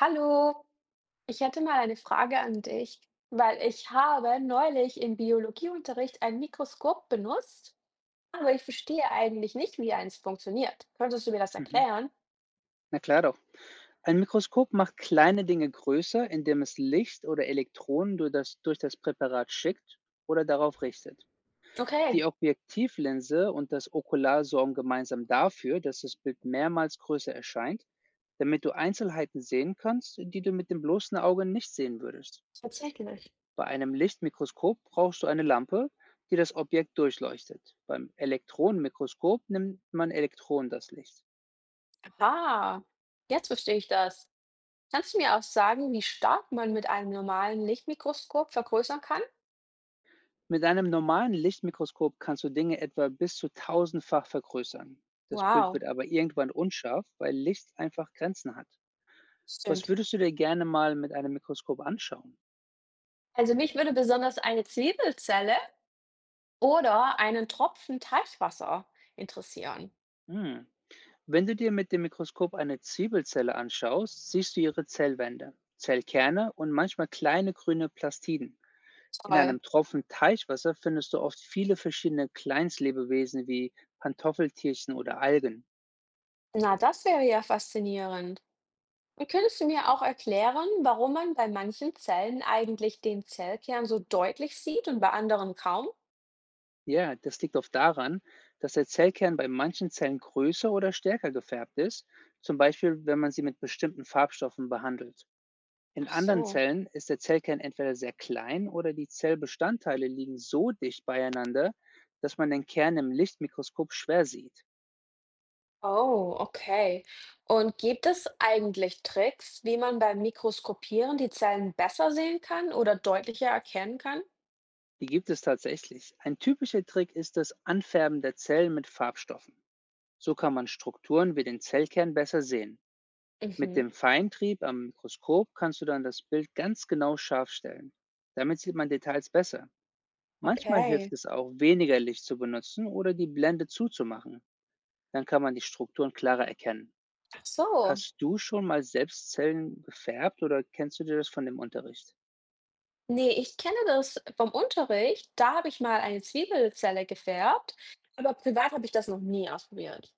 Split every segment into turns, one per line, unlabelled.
Hallo, ich hätte mal eine Frage an dich, weil ich habe neulich im Biologieunterricht ein Mikroskop benutzt, aber ich verstehe eigentlich nicht, wie eins funktioniert. Könntest du mir das
Mhm.
erklären?
Na klar doch. Ein Mikroskop macht kleine Dinge größer, indem es Licht oder Elektronen durch das Präparat schickt oder darauf richtet.
Okay,
Die Objektivlinse und das Okular sorgen gemeinsam dafür, dass das Bild mehrmals größer erscheint, damit du Einzelheiten sehen kannst, die du mit dem bloßen Auge nicht sehen würdest.
tatsächlich.
Bei einem Lichtmikroskop brauchst du eine Lampe, die das Objekt durchleuchtet. Beim Elektronenmikroskop nimmt man Elektronen das Licht.
Aha, jetzt verstehe ich das. Kannst du mir auch sagen, wie stark man mit einem normalen Lichtmikroskop vergrößern kann?
Mit einem normalen Lichtmikroskop kannst du Dinge etwa bis zu tausendfach vergrößern. Das Bild
Wow,
wird aber irgendwann unscharf, weil Licht einfach Grenzen hat. Was
stimmt.
würdest du dir gerne mal mit einem Mikroskop anschauen?
Also mich würde besonders eine Zwiebelzelle oder einen Tropfen Teichwasser interessieren.
Hm. Wenn du dir mit dem Mikroskop eine Zwiebelzelle anschaust, siehst du ihre Zellwände, Zellkerne und manchmal kleine grüne Plastiden. In
Toll.
einem Tropfen Teichwasser findest du oft viele verschiedene Kleinstlebewesen wie Pantoffeltierchen oder Algen.
Na, das wäre ja faszinierend. Und könntest du mir auch erklären, warum man bei manchen Zellen eigentlich den Zellkern so deutlich sieht und bei anderen kaum?
Ja, das liegt oft daran, dass der Zellkern bei manchen Zellen größer oder stärker gefärbt ist, zum Beispiel wenn man sie mit bestimmten Farbstoffen behandelt. In
Ach
anderen
so.
Zellen ist der Zellkern entweder sehr klein oder die Zellbestandteile liegen so dicht beieinander, dass man den Kern im Lichtmikroskop schwer sieht.
Oh, okay. Und gibt es eigentlich Tricks, wie man beim Mikroskopieren die Zellen besser sehen kann oder deutlicher erkennen kann?
Die gibt es tatsächlich. Ein typischer Trick ist das Anfärben der Zellen mit Farbstoffen. So kann man Strukturen wie den Zellkern besser sehen. Mit
Mhm.
dem Feintrieb am Mikroskop kannst du dann das Bild ganz genau scharf stellen. Damit sieht man Details besser. Manchmal hilft
Okay.
es auch, weniger Licht zu benutzen oder die Blende zuzumachen. Dann kann man die Strukturen klarer erkennen.
Ach so.
Hast du schon mal selbst Zellen gefärbt oder kennst du dir das von dem Unterricht?
Nee, ich kenne das vom Unterricht. Da habe ich mal eine Zwiebelzelle gefärbt, aber privat habe ich das noch nie ausprobiert.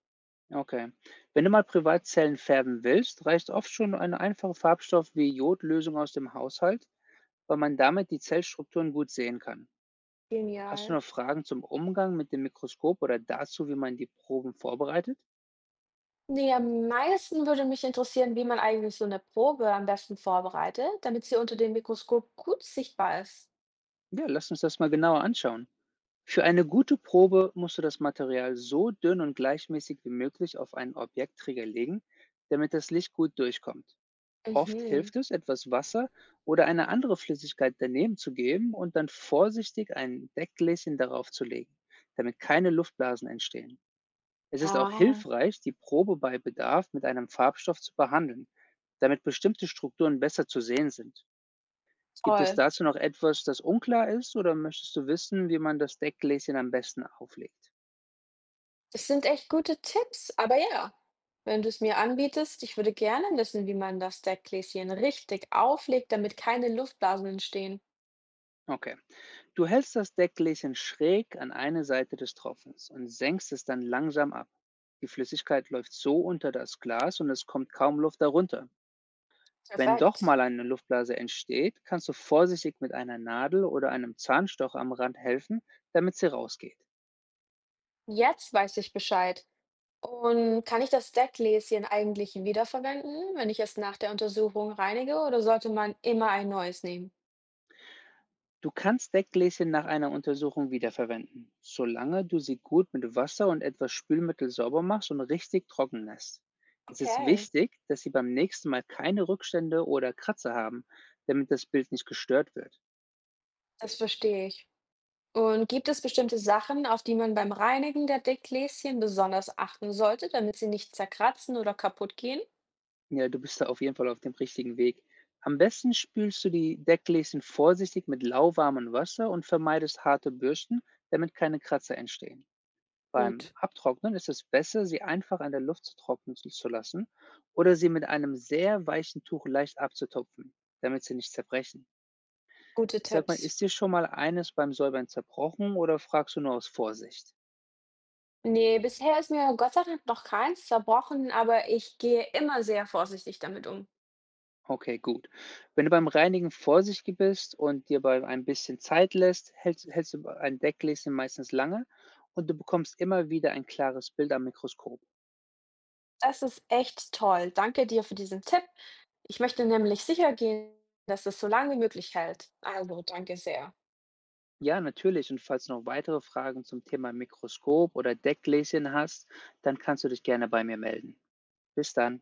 Okay. Wenn du mal privat Zellen färben willst, reicht oft schon ein einfacher Farbstoff wie Jodlösung aus dem Haushalt, weil man damit die Zellstrukturen gut sehen kann. Hast du
Genial.
noch Fragen zum Umgang mit dem Mikroskop oder dazu, wie man die Proben vorbereitet?
Nee, am meisten würde mich interessieren, wie man eigentlich so eine Probe am besten vorbereitet, damit sie unter dem Mikroskop gut sichtbar ist.
Ja, lass uns das mal genauer anschauen. Für eine gute Probe musst du das Material so dünn und gleichmäßig wie möglich auf einen Objektträger legen, damit das Licht gut durchkommt. Oft
Mhm.
hilft es, etwas Wasser oder eine andere Flüssigkeit daneben zu geben und dann vorsichtig ein Deckgläschen darauf zu legen, damit keine Luftblasen entstehen. Es ist auch
Ah,
hilfreich, die Probe bei Bedarf mit einem Farbstoff zu behandeln, damit bestimmte Strukturen besser zu sehen sind. Gibt es
toll.
dazu noch etwas, das unklar ist, oder möchtest du wissen, wie man das Deckgläschen am besten auflegt?
Das sind echt gute Tipps, aber ja, wenn du es mir anbietest, ich würde gerne wissen, wie man das Deckgläschen richtig auflegt, damit keine Luftblasen entstehen.
Okay. Du hältst das Deckgläschen schräg an eine Seite des Tropfens und senkst es dann langsam ab. Die Flüssigkeit läuft so unter das Glas und es kommt kaum Luft darunter. Wenn doch
Perfekt.
mal eine Luftblase entsteht, kannst du vorsichtig mit einer Nadel oder einem Zahnstocher am Rand helfen, damit sie rausgeht.
Jetzt weiß ich Bescheid. Und kann ich das Deckgläschen eigentlich wiederverwenden, wenn ich es nach der Untersuchung reinige, oder sollte man immer ein neues nehmen?
Du kannst Deckgläschen nach einer Untersuchung wiederverwenden, solange du sie gut mit Wasser und etwas Spülmittel sauber machst und richtig trocken lässt. Es ist
Okay.
wichtig, dass sie beim nächsten Mal keine Rückstände oder Kratzer haben, damit das Bild nicht gestört wird.
Das verstehe ich. Und gibt es bestimmte Sachen, auf die man beim Reinigen der Deckgläschen besonders achten sollte, damit sie nicht zerkratzen oder kaputt gehen?
Ja, du bist da auf jeden Fall auf dem richtigen Weg. Am besten spülst du die Deckgläschen vorsichtig mit lauwarmem Wasser und vermeidest harte Bürsten, damit keine Kratzer entstehen. Beim
Gut.
Abtrocknen ist es besser, sie einfach an der Luft zu trocknen zu lassen oder sie mit einem sehr weichen Tuch leicht abzutupfen, damit sie nicht zerbrechen.
Gute
Sag mal,
Tipps.
ist dir schon mal eines beim Säubern zerbrochen oder fragst du nur aus Vorsicht?
Nee, bisher ist mir Gott sei Dank noch keins zerbrochen, aber ich gehe immer sehr vorsichtig damit um.
Okay, gut. Wenn du beim Reinigen vorsichtig bist und dir bei ein bisschen Zeit lässt, hältst du ein Deckgläschen meistens lange und du bekommst immer wieder ein klares Bild am Mikroskop.
Das ist echt toll. Danke dir für diesen Tipp. Ich möchte nämlich sicher gehen, dass es so lange wie möglich hält. Also, danke sehr.
Ja, natürlich. Und falls du noch weitere Fragen zum Thema Mikroskop oder Deckgläschen hast, dann kannst du dich gerne bei mir melden. Bis dann.